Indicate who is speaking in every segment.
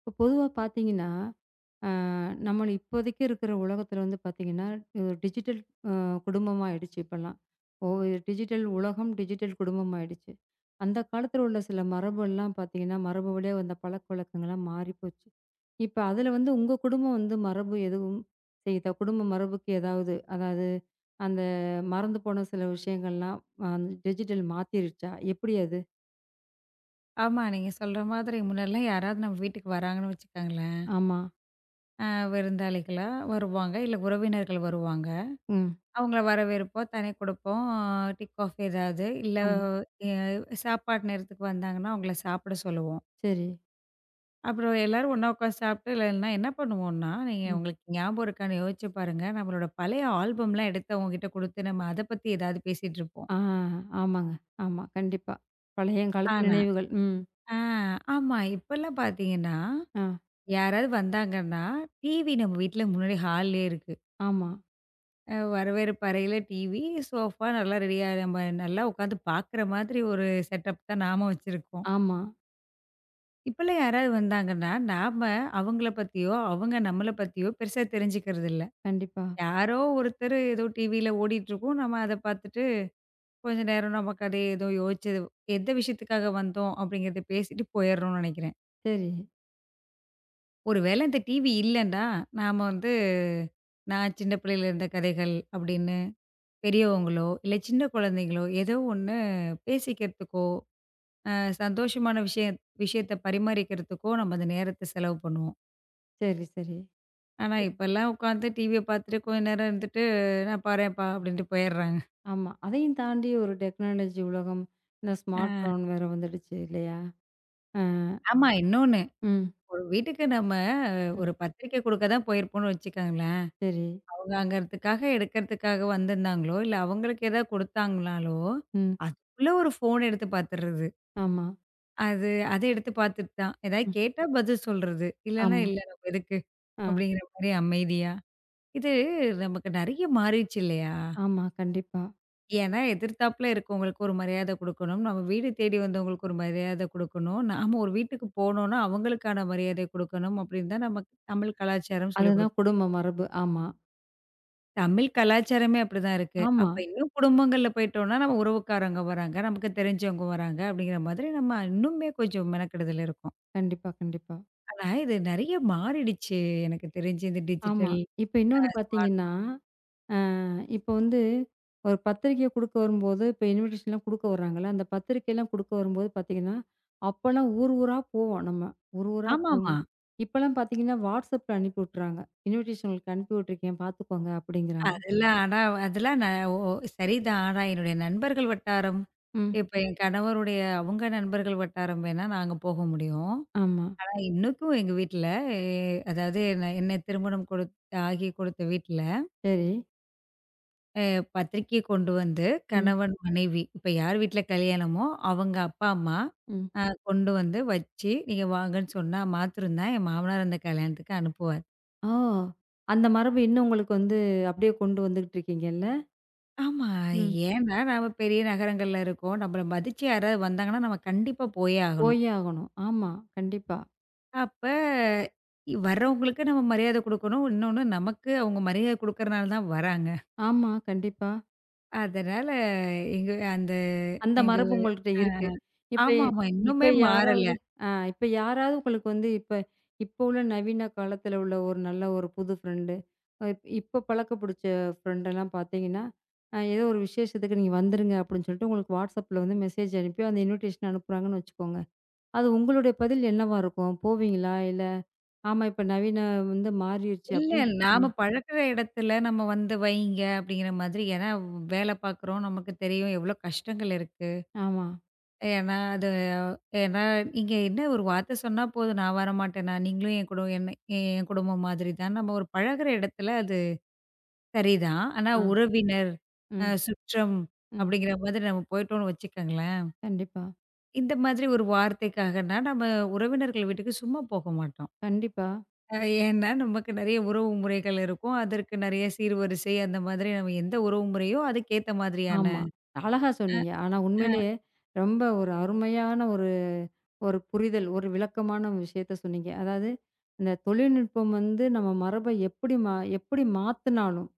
Speaker 1: இப்போ பொதுவா பார்த்தீங்கன்னா, அ நம்ம இப்போதைக்கு இருக்கிற உலகத்தில வந்து பார்த்தீங்கன்னா, ஒரு டிஜிட்டல் அ குடும்பமா ஆயிடுச்சு இப்பலாம். ஓ, டிஜிட்டல் உலகம், டிஜிட்டல் குடும்பம் ஆயிடுச்சு. அந்த காலத்தில உள்ள சில மரபுலாம் பார்த்தீங்கன்னா, மரபு வழியா வந்த பழக்கவழக்கங்கள்லாம் மாறி போச்சு. இப்ப அதில வந்து உங்க குடும்பம் வந்து மரபு எதுவும் செய்யுதா? குடும்ப மரபுக்கு ஏதாவது அதாவது அந்த மறந்து போன சில விஷயங்கள்லாம் அ டிஜிட்டல் மாத்திருச்சா? எப்படி அது?
Speaker 2: ஆமா. நீங்க சொல்ற மாதிரி முன்னாடிலாம் யாராவது நம்ம வீட்டுக்கு வராங்கன்னு வச்சுக்கோங்களேன்,
Speaker 1: ஆமா.
Speaker 2: அ விருந்தாளிகளா வருவாங்க, இல்ல உறவினர்கள் வருவாங்க.
Speaker 1: ம்.
Speaker 2: அவங்கள வரவேற்போம், தனி குடுப்போம், டீ, காஃபி ஏதாவது, இல்ல
Speaker 1: ஆமா.
Speaker 2: எ சாப்பாடு நேரத்துக்கு வந்தாங்கன்னா, அவங்கள சாப்பிட சொல்லுவோம்.
Speaker 1: சரி.
Speaker 2: அப்புறம் எல்லாரும் ஒண்ணா உட்காந்து சாப்பிட்டு இல்லன்னா என்ன பண்ணுவோம்னா, நீங்க
Speaker 1: ம்.
Speaker 2: உங்களுக்கு ஞாபகம் இருக்கான்னு யோசிச்சு பாருங்க, நம்மளோட பழைய ஆல்பம்லாம் எடுத்து அவங்ககிட்ட குடுத்து, நம்ம அத பத்தி ஏதாவது பேசிட்டு இருப்போம்.
Speaker 1: ஆ, ஆமாங்க. ஆமா, கண்டிப்பா. பழைய காலத்து
Speaker 2: ஆனா
Speaker 1: நினைவுகள். ம்.
Speaker 2: ஆ ஆமா. இப்பலாம் பார்த்தீங்கன்னா
Speaker 1: ஆ,
Speaker 2: யாராவது வந்தாங்கன்னா, டிவி நம்ம வீட்ல முன்னாடி ஹால்லயே இருக்கு.
Speaker 1: ஆமா,
Speaker 2: வரவேற்பு அறையில டிவி, சோஃபா நல்லா ரெடியா நம்ம நல்லா உட்காந்து பார்க்குற மாதிரி ஒரு செட்டப் தான் நாம வச்சிருக்கோம்.
Speaker 1: ஆமா.
Speaker 2: இப்பலாம் யாராவது வந்தாங்கன்னா, நாம அவங்கள பத்தியோ, அவங்க நம்மள பத்தியோ பெருசா தெரிஞ்சுக்கிறதில்ல.
Speaker 1: கண்டிப்பா.
Speaker 2: யாரோ ஒருத்தர் ஏதோ டிவியில ஓடிட்டுருக்கும். நம்ம அத பார்த்துட்டு கொஞ்ச நேரம் நமக்கு அதே ஏதோ யோசிச்சது எந்த விஷயத்துக்காக வந்தோம் அப்படிங்கிறத பேசிட்டு போயிர்றோம்னு நெனைக்கிறேன்.
Speaker 1: சரி,
Speaker 2: ஒரு வேளை இந்த டிவி இல்லன்னா, நாம வந்து நான் சின்ன பிள்ளையில இருந்த கதைகள் அப்படின்னு பெரியவங்களோ, இல்ல சின்ன குழந்தைங்களோ ஏதோ ஒண்ணு பேசிக்கிறதுக்கோ, அ சந்தோஷமான விஷயத்த பரிமாறிக்கிறதுக்கோ நம்ம அந்த நேரத்த செலவு பண்ணுவோம்.
Speaker 1: சரி, சரி.
Speaker 2: ஆனா
Speaker 1: இப்
Speaker 2: இப்பல்லாம் உட்காந்து டிவிய பார்த்துட்டு கொஞ்ச நேரம் இருந்துட்டு, நான் பாரேன்ப்பா அப்படின்ட்டு போயிடுறாங்க.
Speaker 1: ஆமா. அதையும் தாண்டி ஒரு டெக்னாலஜி உலகம். இந்த ஸ்மார்ட்
Speaker 2: அ
Speaker 1: ஃபோன் வேற வந்துடுச்சு இல்லையா? ஆ,
Speaker 2: ஆமா இன்னொன்னு,
Speaker 1: ம்,
Speaker 2: ஒரு வீட்டுக்கு நம்ம
Speaker 1: ம்.
Speaker 2: ஒரு பத்திரிக்கை குடுக்க தான் போயிருப்போம்னு வச்சுக்கோங்களேன்.
Speaker 1: சரி.
Speaker 2: அவங்கங்கிறதுக்காக எடுக்கிறதுக்காக வந்திருந்தாங்களோ, இல்ல அவங்களுக்கு ஏதாவது குடுத்தாங்கனாலோ,
Speaker 1: ம்.
Speaker 2: அதுக்குள்ள ஒரு ஃபோன் எடுத்து பார்த்துடுறது.
Speaker 1: ஆமா,
Speaker 2: அது அத எடுத்து பார்த்துட்டு தான், ஏதாவது
Speaker 1: ம்.
Speaker 2: கேட்டா பதில் சொல்றது. இல்லன்னா
Speaker 1: ஆமா.
Speaker 2: இல்ல நம்ம எதுக்கு
Speaker 1: ஆ,
Speaker 2: அப்படிங்கிற மாரி அமைதியா. இது நமக்கு நெறைய மாறிடுச்சு இல்லையா?
Speaker 1: ஆமா. கண்டிப்பா.
Speaker 2: ஏன்னா எதிர்த்தாப்புல இருக்கவங்களுக்கு ஒரு மரியாதை குடுக்கணும். நம்ம வீடு தேடி வந்தவங்களுக்கு ஒரு மரியாதை குடுக்கணும். நாம ஒரு வீட்டுக்கு போனோம்னா அவங்களுக்கான மரியாதை குடுக்கணும் அப்படின்னு தான் நமக்கு தமிழ் கலாச்சாரம் சொல்லிக்
Speaker 1: அதுதான்
Speaker 2: குடுக்குது.
Speaker 1: குடும்ப மரபு. ஆமா,
Speaker 2: தமிழ் கலாச்சாரமே அப்படிதான் இருக்கு.
Speaker 1: ஆமா.
Speaker 2: அப்ப இன்னும் குடும்பங்கள்ல போயிட்டோம்னா, நம்ம உறவுக்காரங்க வராங்க, நமக்கு தெரிஞ்சவங்க வராங்க அப்படிங்கிற மாதிரி நம்ம இன்னுமே கொஞ்சம் மெனக்கெடுதல் இருக்கும்.
Speaker 1: கண்டிப்பா, கண்டிப்பா.
Speaker 2: ஆனா இது நெறைய மாறிடுச்சு எனக்கு தெரிஞ்சு இந்த
Speaker 1: ஆமா.
Speaker 2: டிஜிட்டல்
Speaker 1: இப்ப இன்னொன்னு
Speaker 2: ஸ்மார்ட்
Speaker 1: பார்த்தீங்கன்னா அ இப்போ வந்து ஒரு பத்திரிக்கை குடுக்க வரும்போது, இப்போ இன்விடேஷன்லாம் குடுக்க வர்றாங்கல்ல, அந்த பத்திரிக்கைலாம் குடுக்க வரும்போது பார்த்தீங்கன்னா, அப்போலாம் ஊர் ஊரா போவோம் நம்ம. ஊர் ஊரா போவோம்.
Speaker 2: ஆமாமா.
Speaker 1: இப்போலாம் பார்த்தீங்கன்னா, வாட்ஸ்அப்ல அனுப்பி விட்டுறாங்க. இன்விடேஷன் உங்களுக்கு அனுப்பி விட்டுருக்கேன் பார்த்துக்கோங்க அப்படிங்கிறாங்க.
Speaker 2: அதெல்லாம் ஆனா அதெல்லாம் ந ஓ ஓ, சரிதான். ஆனா என்னுடைய நண்பர்கள் வட்டாரம்,
Speaker 1: ம்.
Speaker 2: இப்ப என் கணவருடைய அவங்க நண்பர்கள் வட்டாரம் வேணா நாங்க போக முடியும்.
Speaker 1: ஆமா.
Speaker 2: ஆனா இன்னைக்கும் எங்க வீட்ல, எ அதாவது என்ன என்ன திருமணம் கொடுத் ஆகி கொடுத்த வீட்ல
Speaker 1: சரி.
Speaker 2: பத்திரிக்கை கொண்டு வந்து
Speaker 1: ம்.
Speaker 2: கணவன், மனைவி இப்ப யார் வீட்ல கல்யாணமோ, அவங்க அப்பா, அம்மா
Speaker 1: ம்.
Speaker 2: அ கொண்டு வந்து வச்சு, "நீங்க வாங்கன்னு" சொன்னா மாத்திரம் தான் என் மாமனார் அந்த கல்யாணத்துக்கு அனுப்புவார்.
Speaker 1: ஓ! அந்த மரபு இன்னும் உங்களுக்கு வந்து அப்படியே கொண்டு வந்துகிட்டு இருக்கீங்கல்ல?
Speaker 2: ஆமா.
Speaker 1: ம்.
Speaker 2: ஏன்னா, நாம பெரிய நகரங்கள்ல இருக்கோம். நம்மள மதிச்சு யாராவது வந்தாங்கன்னா, நம்ம கண்டிப்பா போயே ஆகணும்.
Speaker 1: போயே ஆகணும். ஆமா. கண்டிப்பா.
Speaker 2: அப்ப வர்றவங்களுக்கு நம்ம மரியாதை குடுக்கணும். இன்னொன்னு நமக்கு அவங்க மரியாதை குடுக்கறனால தான் வராங்க.
Speaker 1: ஆமா. கண்டிப்பா.
Speaker 2: அதனால எங்க அந்த
Speaker 1: அந்த
Speaker 2: எங்க
Speaker 1: மரபு உங்கள்கிட்ட இருக்கு. இப்ப
Speaker 2: ஆமாமா.
Speaker 1: இப்ப
Speaker 2: இன்னுமே மாறல.
Speaker 1: யாராவது ஆ இப்ப யாராவது உங்களுக்கு வந்து இப்ப இப்ப உள்ள நவீன காலத்துல உள்ள ஒரு நல்ல ஒரு புது ஃப்ரெண்டு, இப்ப பழக்க புடிச்ச ஃப்ரெண்டெல்லாம் பார்த்தீங்கன்னா, ஏதோ ஒரு விசேஷத்துக்கு நீங்க வந்துருங்க அப்படின்னு சொல்லிட்டு உங்களுக்கு WhatsAppல வந்து மெசேஜ் அனுப்பி அந்த இன்விடேஷன் அனுப்புறாங்கன்னு வச்சுக்கோங்க. அது உங்களுடைய பதில் என்னவா இருக்கும்? போவீங்களா? இல்ல ஆமா இப்ப நவீன வந்து மாறிருச்சு
Speaker 2: இல்ல.
Speaker 1: அப்படின்னு.
Speaker 2: நாம
Speaker 1: ம்.
Speaker 2: பழகுற இடத்துல நம்ம வந்து வைங்க அப்படிங்கிற மாதிரி. ஏன்னா வேலை பார்க்குறோம். நமக்கு தெரியும் எவ்வளோ கஷ்டங்கள் இருக்கு.
Speaker 1: ஆமா.
Speaker 2: ஏன்னா அது ஏன்னா நீங்க என்ன ஒரு வார்த்த சொன்னா போதும், "நான் வரமாட்டேனா, நீங்களும் என் கூட என்ன என் குடும்பம் மாதிரி தான்." நம்ம ஒரு பழகுற இடத்துல அது சரிதான். ஆனா
Speaker 1: ஆ.
Speaker 2: உறவினர்,
Speaker 1: ம்.
Speaker 2: சுற்றம்
Speaker 1: ம்.
Speaker 2: அப்படிங்கிற மாதிரி நம்ம போயிட்டோம்னு வச்சுக்கோங்களேன்.
Speaker 1: கண்டிப்பா.
Speaker 2: இந்த மாதிரி ஒரு வார்த்தைக்காகனா நம்ம உறவினர்கள் வீட்டுக்கு சும்மா போக மாட்டோம்.
Speaker 1: கண்டிப்பா.
Speaker 2: ஏன்னா, நமக்கு நெறைய உறவு முறைகள் இருக்கும். அதற்கு நெறைய சீர்வரிசை அந்த மாதிரி நம்ம எந்த உறவு முறையோ அதுக்கேத்த மாதிரியான
Speaker 1: ஆமா. அழகா சொன்னீங்க. ஆனா உண்மையிலேயே ரொம்ப ஒரு அருமையான ஒரு ஒரு புரிதல், ஒரு விளக்கமான விஷயத்த சொன்னீங்க. அதாவது இந்த தொழில்நுட்பம் வந்து நம்ம மரபை எப்படி மாத்துனாலும்,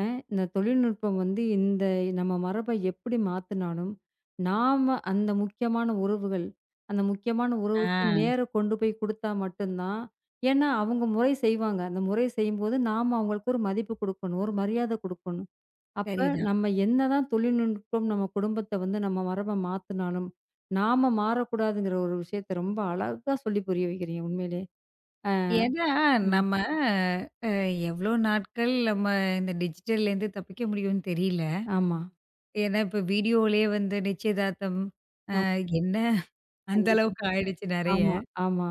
Speaker 1: அ இந்த தொழில்நுட்பம் வந்து இந்த நம்ம மரபை எப்படி மாத்துனாலும், நாம அந்த முக்கியமான உறவுகள், அந்த முக்கியமான
Speaker 2: ஆ.
Speaker 1: உறவுக்கு நேர கொண்டு போய் குடுத்தா மட்டும்தான் ஏன்னா அவங்க முறை செய்வாங்க. அந்த முறை செய்யும்போது நாம அவங்களுக்கு ஒரு மதிப்பு குடுக்கணும், ஒரு மரியாதை குடுக்கணும். அப்ப
Speaker 2: சரிதான்.
Speaker 1: நம்ம என்னதான் தொழில்நுட்பம் நம்ம குடும்பத்த வந்து நம்ம மரப மாத்துனாலும், நாம மாறக்கூடாதுங்கிற ஒரு விஷயத்த ரொம்ப அழகா சொல்லி புரிய வைக்கிறீங்க உண்மையிலே.
Speaker 2: ஏன்னா
Speaker 1: ம்.
Speaker 2: நம்ம அ எவ்ளோ நாட்கள் நம்ம இந்த டிஜிட்டல்லேருந்து தப்பிக்க முடியும்னு தெரியல.
Speaker 1: ஆமா.
Speaker 2: ஏன்னா இப்ப வீடியோலயே வந்து நிச்சயதார்த்தம் அ
Speaker 1: ஆமா.
Speaker 2: என்ன அந்த
Speaker 1: கண்டிப்பா.
Speaker 2: அளவுக்கு ஆயிடுச்சு நெறைய.
Speaker 1: ஆமா, ஆமா.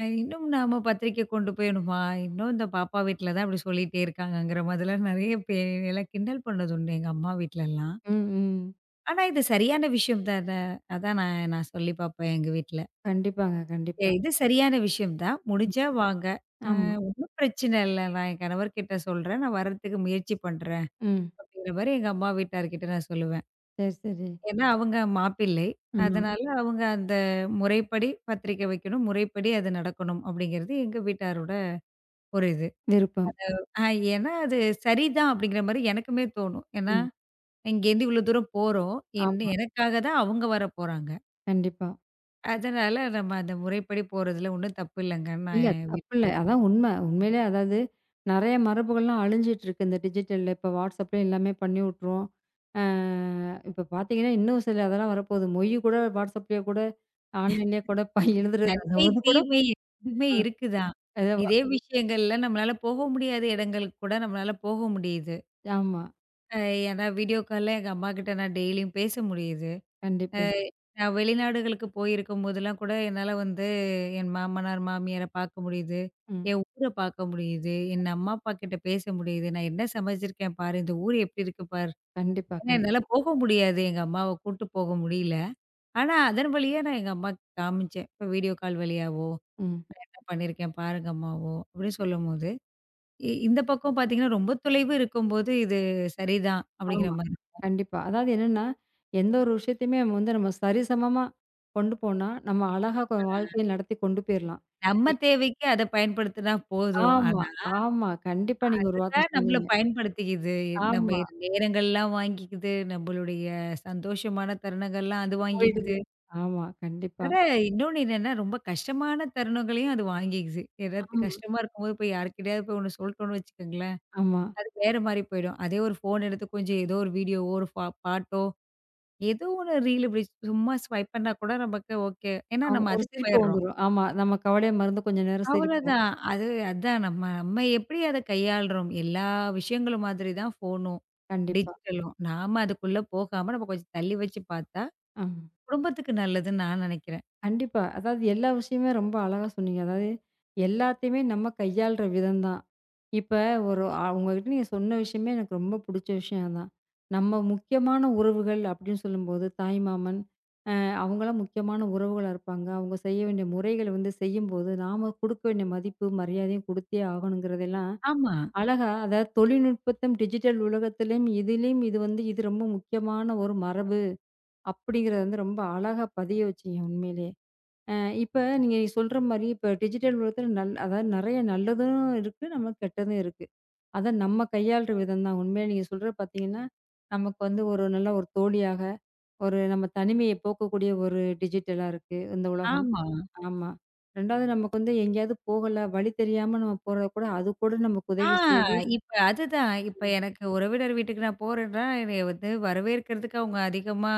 Speaker 2: இன்னும் நாம பத்திரிக்கை கொண்டு போயணுமா? இன்னும் இந்த பாப்பா வீட்ல தான் இப்படி சொல்லிட்டே இருக்காங்கங்கிற மாதிரிலாம் நெறைய பேர் எல்லாம் கிண்டல் பண்ணதுண்டு எங்க அம்மா வீட்லலாம்.
Speaker 1: ம், ம்.
Speaker 2: ஆனா, இது சரியான விஷயம் தான. அதான் நான் நான் சொல்லி பாப்பேன் எங்க வீட்ல.
Speaker 1: கண்டிப்பாங்க, கண்டிப்பா.
Speaker 2: இது சரியான விஷயம் தான்.
Speaker 1: ம்.
Speaker 2: முடிஞ்சா வாங்க. அ
Speaker 1: ஆமா.
Speaker 2: ஒண்ணும் பிரச்சனை இல்ல. நான் என் கணவர்கிட்ட சொல்றேன். நான் வர்றதுக்கு முயற்சி பண்றேன்.
Speaker 1: ம்.
Speaker 2: அப்படிங்கிற மாரி எங்க அம்மா வீட்டார்கிட்ட நான் சொல்லுவேன்.
Speaker 1: சரி, சரி.
Speaker 2: ஏன்னா, அவங்க மாப்பிள்ளை.
Speaker 1: ஆமா.
Speaker 2: அதனால அவங்க அந்த முறைப்படி பத்திரிக்கை வைக்கணும். முறைப்படி அது நடக்கணும் அப்படிங்கிறது எங்க வீட்டாரோட ஒரு இது.
Speaker 1: விருப்பம்.
Speaker 2: அ ஏன்னா, அது சரிதான் அப்படிங்கிற மாரி எனக்குமே தோணும். ஏன்னா,
Speaker 1: ம்.
Speaker 2: இங்கேருந்து இவ்வளோ தூரம் போறோம். என்ன
Speaker 1: ஆமா.
Speaker 2: எனக்காக தான் அவங்க வரப்போறாங்க.
Speaker 1: கண்டிப்பா.
Speaker 2: அதனால நம்ம அந்த முறைப்படி போறதுல ஒண்ணும் தப்பு இல்லங்கன்னு நான்
Speaker 1: இல்ல.
Speaker 2: என்
Speaker 1: தப்பில்ல.
Speaker 2: வீட்டுக்காரர்கிட்ட
Speaker 1: அதான் உண்ம. உண்மையிலே அதாவது நெறைய மரபுகள்லாம் அழிஞ்சிட்டு இருக்கு. இந்த டிஜிட்டல்ல இப்ப WhatsAppல எல்லாமே பண்ணி விட்டுரும். அ இப்ப பார்த்தீங்கன்னா, இன்னும் சில அதெல்லாம் வரப்போகுது. மொய் கூட WhatsAppலயே கூட ஆன்லைன்லயே கூட இப்ப எழுதுறது
Speaker 2: நன்மை,
Speaker 1: அதாவது கூட
Speaker 2: தீமை ரெண்டுமே இருக்குதான்.
Speaker 1: எதோ வ
Speaker 2: இதே விஷயங்கள்ல நம்மளால போக முடியாத இடங்களுக்கு கூட நம்மளால போக முடியுது.
Speaker 1: ஆமா.
Speaker 2: அ ஏன்னா வீடியோ கால்ல எங்க அம்மாகிட்ட நான் டெய்லியும் பேச முடியுது. அ
Speaker 1: கண்டிப்பா.
Speaker 2: நான் வெளிநாடுகளுக்கு போயிருக்கும்போதெல்லாம் கூட என்னால வந்து என் மாமனார், மாமியார பார்க்க முடியுது.
Speaker 1: ம்.
Speaker 2: என் ஊர பார்க்க முடியுது. என் அம்மா அப்பா கிட்ட பேச முடியுது. நான் என்ன சமைச்சிருக்கேன் பாரு! இந்த ஊர் எப்படி இருக்கு பாரு!
Speaker 1: கண்டிப்பா,
Speaker 2: ஏன்னா என்னால
Speaker 1: கண்டிப்பா.
Speaker 2: போக முடியாது. எங்க அம்மாவ கூட்டு போக முடியல. ஆனா, அதன் வழியா நான் எங்க அம்மாக்கு காமிச்சேன். இப்ப வீடியோ கால் வழியாவோ,
Speaker 1: ம்.
Speaker 2: நான் என்ன பண்ணியிருக்கேன் பாருங்க அம்மாவோ, அப்படின்னு சொல்லும்போது, இந்த பக்கம் பார்த்தீங்கன்னா, ரொம்ப தொலைவு இருக்கும்போது இது சரிதான் அப்படிங்கிற
Speaker 1: ஆமா.
Speaker 2: மாரி.
Speaker 1: கண்டிப்பா. அதாவது என்னன்னா, எந்த ஒரு விஷயத்தையுமே நம்ம வந்து நம்ம சரிசமமா கொண்டு போனா, நம்ம அழகா வாழ்க்கைய நடத்தி கொண்டு போயிரலாம்.
Speaker 2: நம்ம
Speaker 1: இ
Speaker 2: தேவைக்கு அத பயன்படுத்தினா போதும்.
Speaker 1: ஆமா,
Speaker 2: ஆனா,
Speaker 1: ஆமா. கண்டிப்பா நீங்க ஒரு வார்த்த
Speaker 2: அதுதான் நம்மள
Speaker 1: சொன்னீங்க.
Speaker 2: பயன்படுத்திக்கிது. நம்ம
Speaker 1: ஆமா.
Speaker 2: நேரங்கள்லாம் வாங்கிக்குது. நம்மளுடைய சந்தோஷமான தருணங்கள்லாம் அது
Speaker 1: போயிடுது.
Speaker 2: வாங்கிக்குது.
Speaker 1: ஆமா, கண்டிப்பா.
Speaker 2: ஆனா, இன்னொன்னு என்னன்னா, ரொம்ப கஷ்டமான தருணங்களையும் அது வாங்கிக்குது. ஏதாவது
Speaker 1: ஆமா.
Speaker 2: கஷ்டமா இருக்கும்போது போய் யார்கிட்டயாவது போய் ஒண்ணு சொல்ட்டோம்னு வச்சுக்கோங்களேன்
Speaker 1: ஆமா.
Speaker 2: அது வேற மாரி போயிடும். அதே ஒரு ஃபோன் எடுத்து கொஞ்சம் ஏதோ ஒரு வீடியோவோ, ஒரு பாட்டோ, ஏதோ ஒண்ணு ரீல் இப்படி சும்மா ஸ்வைப் பண்ணா கூட நமக்கு ஓகே. ஏன்னா
Speaker 1: ஆமா.
Speaker 2: நம்ம
Speaker 1: ஒரு
Speaker 2: அதுக்கு
Speaker 1: சிரிப்பு
Speaker 2: போயிடுறோம்.
Speaker 1: வந்துரும். ஆமா. நம்ம கவலைய மறந்து கொஞ்ச நேரம் சிரிப்போம்.
Speaker 2: அவ்வளோதான். அது அதான் நம்ம நம்ம எப்படி அத கையாளுறோம். எல்லா விஷயங்களும் மாதிரி தான் ஃபோனும்,
Speaker 1: கண்டிப்பா.
Speaker 2: டிஜிட்டலும். நாம அதுக்குள்ள போகாம நம்ம கொஞ்சம் தள்ளி வச்சு பார்த்தா,
Speaker 1: ஆமா.
Speaker 2: குடும்பத்துக்கு நல்லதுன்னு நான் நினைக்கிறேன்.
Speaker 1: கண்டிப்பா. அதாவது எல்லா விஷயமுமே ரொம்ப அழகா சொன்னீங்க. அதாவது எல்லாத்தையுமே நம்ம கையாள்ற விதம் தான். இப்ப ஒரு உங்ககிட்ட நீங்க சொன்ன விஷயமே எனக்கு ரொம்ப புடிச்ச விஷயம் தான். நம்ம முக்கியமான உறவுகள் அப்படின்னு சொல்லும்போது, தாய் மாமன் அ அவங்கலாம் முக்கியமான உறவுகளா இருப்பாங்க. அவங்க செய்ய வேண்டிய முறைகள் வந்து செய்யும்போது, நாம குடுக்க வேண்டிய மதிப்பு, மரியாதையும் குடுத்தே ஆகணுங்கிறதெல்லாம்
Speaker 2: ஆமா,
Speaker 1: அழகா அதாவது தொழில்நுட்பத்தும், டிஜிட்டல் உலகத்திலும் இதிலும் இது வந்து இது ரொம்ப முக்கியமான ஒரு மரபு. அப்படிங்கிறத வந்து ரொம்ப அழகா பதிய வச்சீங்க உண்மையிலேயே. அ இப்ப நீங்க சொல்ற மாரி இப்ப டிஜிட்டல் உலகத்துல அதாவது நெறைய நல்லதும் இருக்கு, நமக்கு கெட்டதும் இருக்கு. அத நம்ம கையாள்ற விதம் தான். உண்மையா நீங்க சொல்றது பார்த்தீங்கன்னா, நமக்கு வந்து ஒரு நல்ல ஒரு தோழியாக, ஒரு நம்ம தனிமையை போக்கக்கூடிய ஒரு டிஜிட்டலா இருக்கு இந்த உலகம்.
Speaker 2: ஆமா.
Speaker 1: ஆமா. 2வது நமக்கு வந்து எங்கேயாவது போகல, வழி தெரியாம நம்ம போறது கூட அது கூட நமக்கு
Speaker 2: ஆ
Speaker 1: உதவி செய்யுது.
Speaker 2: இப்ப அதுதான். இப்ப
Speaker 1: ம்.
Speaker 2: எனக்கு உறவினர் வீட்டுக்கு நான் போறேன்னா, என்னைய வந்து வரவேற்கிறதுக்கு அவங்க அதிகமா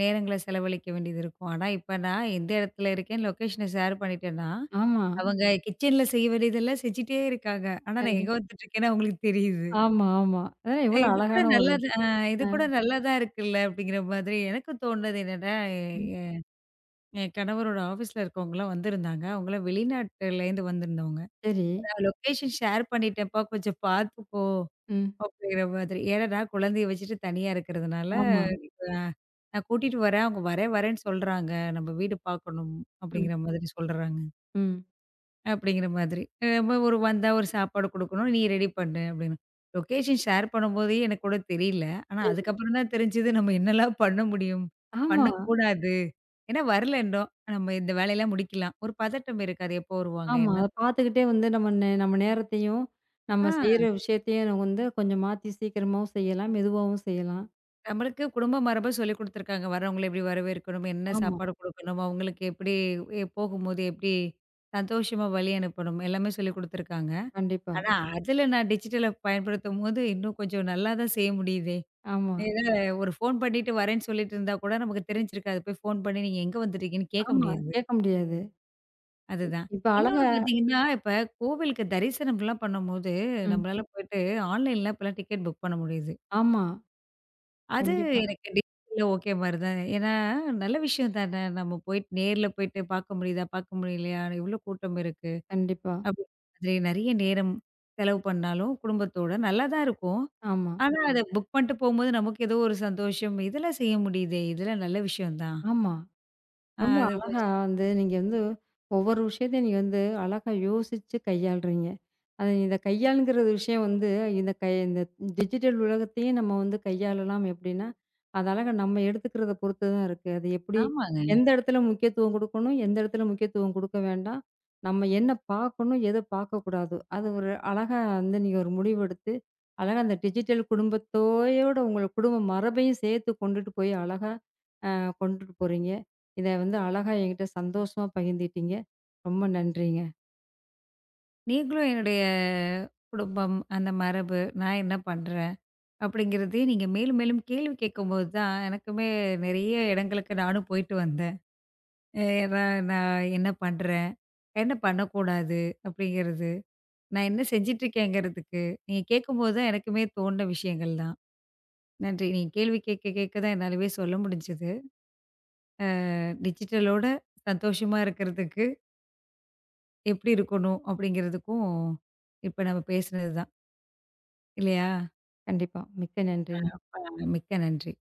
Speaker 2: நேரங்கள செலவழிக்க வேண்டியது இருக்கும். ஆனா, இப்ப நான் எந்த இடத்துல இருக்கேன், லொகேஷன ஷேர் பண்ணிட்டேன்னா,
Speaker 1: ஆமா.
Speaker 2: அவங்க கிச்சன்ல செய்ய வேண்டியதெல்லாம் செஞ்சுட்டே இருக்காங்க. ஆனா, நான் எங்க
Speaker 1: கண்டிப்
Speaker 2: வந்துட்டுருக்கேன்னு அவங்களுக்கு தெரியுது.
Speaker 1: ஆமா, ஆமா. அதான்
Speaker 2: அ
Speaker 1: எவ்வளோ
Speaker 2: இது கூட
Speaker 1: அழகான ஒரு
Speaker 2: நல்லது அ இது
Speaker 1: அ,
Speaker 2: கூட நல்லா தான் இருக்குல்ல அப்படிங்கிற மாதிரி எனக்கும் தோணுனது என்னன்னா, எ
Speaker 1: ம்.
Speaker 2: எ- என் கணவரோட ஆஃபீஸ்ல இருக்கவங்கலாம் வந்திருந்தாங்க. அவங்கலாம் வெளிநாட்டுலேருந்து வந்திருந்தவங்க.
Speaker 1: சரி.
Speaker 2: "நான் லொகேஷன் ஷேர் பண்ணிட்டேன்ப்பா கொஞ்சம் பார்த்துக்கோ."
Speaker 1: ம்.
Speaker 2: அப்படிங்கிற மாதிரி. ஏன்னா நான் குழந்தைய வச்சுட்டு தனியா இருக்கிறதுனால,
Speaker 1: ஆமா.
Speaker 2: இப்ப நான் நான் கூட்டிட்டு வரேன். அவங்க வரேன் வரேன்னு சொல்றாங்க. நம்ம வீடு பார்க்கணும்
Speaker 1: ம்,
Speaker 2: அப்படிங்கிற மாதிரி சொல்றாங்க.
Speaker 1: ம்.
Speaker 2: அப்படிங்கிற மாதிரி. நம்ம ஒரு வந்தா ஒரு சாப்பாடு குடுக்கணும். நீ ரெடி பண்ணு அப்படின்னு. லொகேஷன் ஷேர் பண்ணும்போதே எனக்கு கூட தெரியல. ஆனா
Speaker 1: சரி.
Speaker 2: அதுக்கப்புறம் தான் தெரிஞ்சது நம்ம என்னலாம் பண்ண முடியும்?
Speaker 1: ஆமா,
Speaker 2: பண்ணக்கூடாது. ஏன்னா வரல இன்னும். நம்ம இந்த வேலையெல்லாம் முடிக்கலாம். ஒரு பதட்டம் இருக்கு. அது எப்போ வருவாங்க?
Speaker 1: ஆமா.
Speaker 2: என்ன?
Speaker 1: அத பார்த்துக்கிட்டே வந்து நம்ம நேரத்தையும்,
Speaker 2: ஆ
Speaker 1: நம்ம செய்ற விஷயத்தையும் வந்து கொஞ்சம் மாத்தி சீக்கிரமாவும் செய்யலாம், மெதுவாவும் செய்யலாம்.
Speaker 2: நம்மளுக்கு குடும்ப மரபா சொல்லிக் குடுத்துருக்காங்க. வரவங்கள எப்படி வரவேற்கணும்? என்ன
Speaker 1: ஆமா,
Speaker 2: சாப்பாடு குடுக்கணும்? அவங்களுக்கு எப்படி போகும்போது எப்படி சந்தோஷமா வழி அனுப்பணும்? எல்லாமே சொல்லிக் குடுத்துருக்காங்க.
Speaker 1: கண்டிப்பா.
Speaker 2: ஆனா, அதுல நான் டிஜிட்டல பயன்படுத்தும்போது இன்னும் கொஞ்சம் நல்லா தான் செய்ய முடியுதே!
Speaker 1: ஆமா,
Speaker 2: ஏன்னா ஒரு ஃபோன் பண்ணிட்டு வரேன்னு சொல்லிட்டு இருந்தா கூட நமக்கு தெரிஞ்சிருக்காது. போய் ஃபோன் பண்ணி நீங்க எங்க வந்துட்டீங்கன்னு கேட்க
Speaker 1: ஆமா.
Speaker 2: முடியாது.
Speaker 1: கேட்க முடியாது.
Speaker 2: அதுதான்.
Speaker 1: இப்ப அழகா
Speaker 2: இன்னொன்னு பார்த்தீங்கன்னா, இப்ப கோவிலுக்கு தரிசனம்லாம் பண்ணும்போது
Speaker 1: ம்.
Speaker 2: நம்மளால போயிட்டு ஆன்லைன்லாம் இப்பலாம் டிக்கெட் புக் பண்ண முடியுது.
Speaker 1: ஆமா.
Speaker 2: அது
Speaker 1: கண்டிப்பா,
Speaker 2: எனக்கு டிஜிட்டல்ல ஓகே மாரி தான். ஏன்னா, நல்ல விஷயம் தானே! நம்ம போயிட்டு நேர்ல போயிட்டு பார்க்க முடியுதா? பார்க்க முடியலையா? எவ்ளோ கூட்டம் இருக்கு?
Speaker 1: கண்டிப்பா.
Speaker 2: அப்டின்ற மாதிரி நெறைய நேரம் செலவு பண்ணாலும் குடும்பத்தோட நல்லா தான் இருக்கும்.
Speaker 1: ஆமா,
Speaker 2: ஆனா, அத புக் பண்ணிட்டு போம்போது நமக்கு ஏதோ ஒரு சந்தோஷம். இதெல்லாம் செய்ய முடியுதே! இதெல்லாம் நல்ல விஷயம் தான்.
Speaker 1: ஆமா. ரொம்ப
Speaker 2: அது
Speaker 1: அழகா
Speaker 2: கொஞ்சம்
Speaker 1: வந்து நீங்க வந்து ஒவ்வொரு விஷயத்தையும் நீங்க வந்து அழகா யோசிச்சு கையாளுறீங்க. அது இந்த கையாளுங்கிற விஷயம் வந்து இந்த டிஜிட்டல் உலகத்தையும் நம்ம வந்து கையாளலாம் எப்படின்னா, அது அழகா நம்ம எடுத்துக்கிறத பொறுத்து தான் இருக்கு. அது எப்படி
Speaker 2: ஆமாங்க.
Speaker 1: எந்த இடத்துல முக்கியத்துவம் குடுக்கணும், எந்த இடத்துல முக்கியத்துவம் குடுக்க வேண்டாம். நம்ம என்ன பார்க்கணும், எத பார்க்கக்கூடாது. அது ஒரு அழகா வந்து நீங்க ஒரு முடிவெடுத்து, அழகா அந்த டிஜிட்டல் குடும்பத்தோட உங்க குடும்ப மரபையும் சேர்த்து கொண்டுட்டு போய் அழகா அ கொண்டுட்டு போறீங்க. இத வந்து அழகா என்கிட்ட சந்தோஷமா பகிர்ந்துகிட்டீங்க. ரொம்ப நன்றிங்க.
Speaker 2: நீங்களும் என்னுடைய குடும்பம், அந்த மரபு, நான் என்ன பண்றேன்? அப்படிங்கிறதையும் நீங்க மேலும் மேலும் கேள்வி கேட்கும்போது தான் எனக்குமே நெறைய இடங்களுக்கு நானும் போயிட்டு வந்தேன். அ நான் நான் என்ன பண்றேன்? என்ன பண்ணக்கூடாது? அப்படிங்கிறது. நான் என்ன செஞ்சுட்டுருக்கேங்கிறதுக்கு, நீங்க கேட்கும்போது தான் எனக்குமே தோணுன விஷயங்கள் தான். நன்றி. நீங்க கேள்வி கேட்க கேட்க தான் என்னாலவே சொல்ல முடிஞ்சது. டிஜிட்டலோட சந்தோஷமா இருக்கிறதுக்கு எப்படி இருக்கணும்? அப்படிங்கிறதுக்கும் இப்ப நம்ம பேசுனது தான். இல்லையா?
Speaker 1: கண்டிப்பா. மிக்க
Speaker 2: ஆ.
Speaker 1: நன்றிங்க.
Speaker 2: பா மிக்க நன்றி.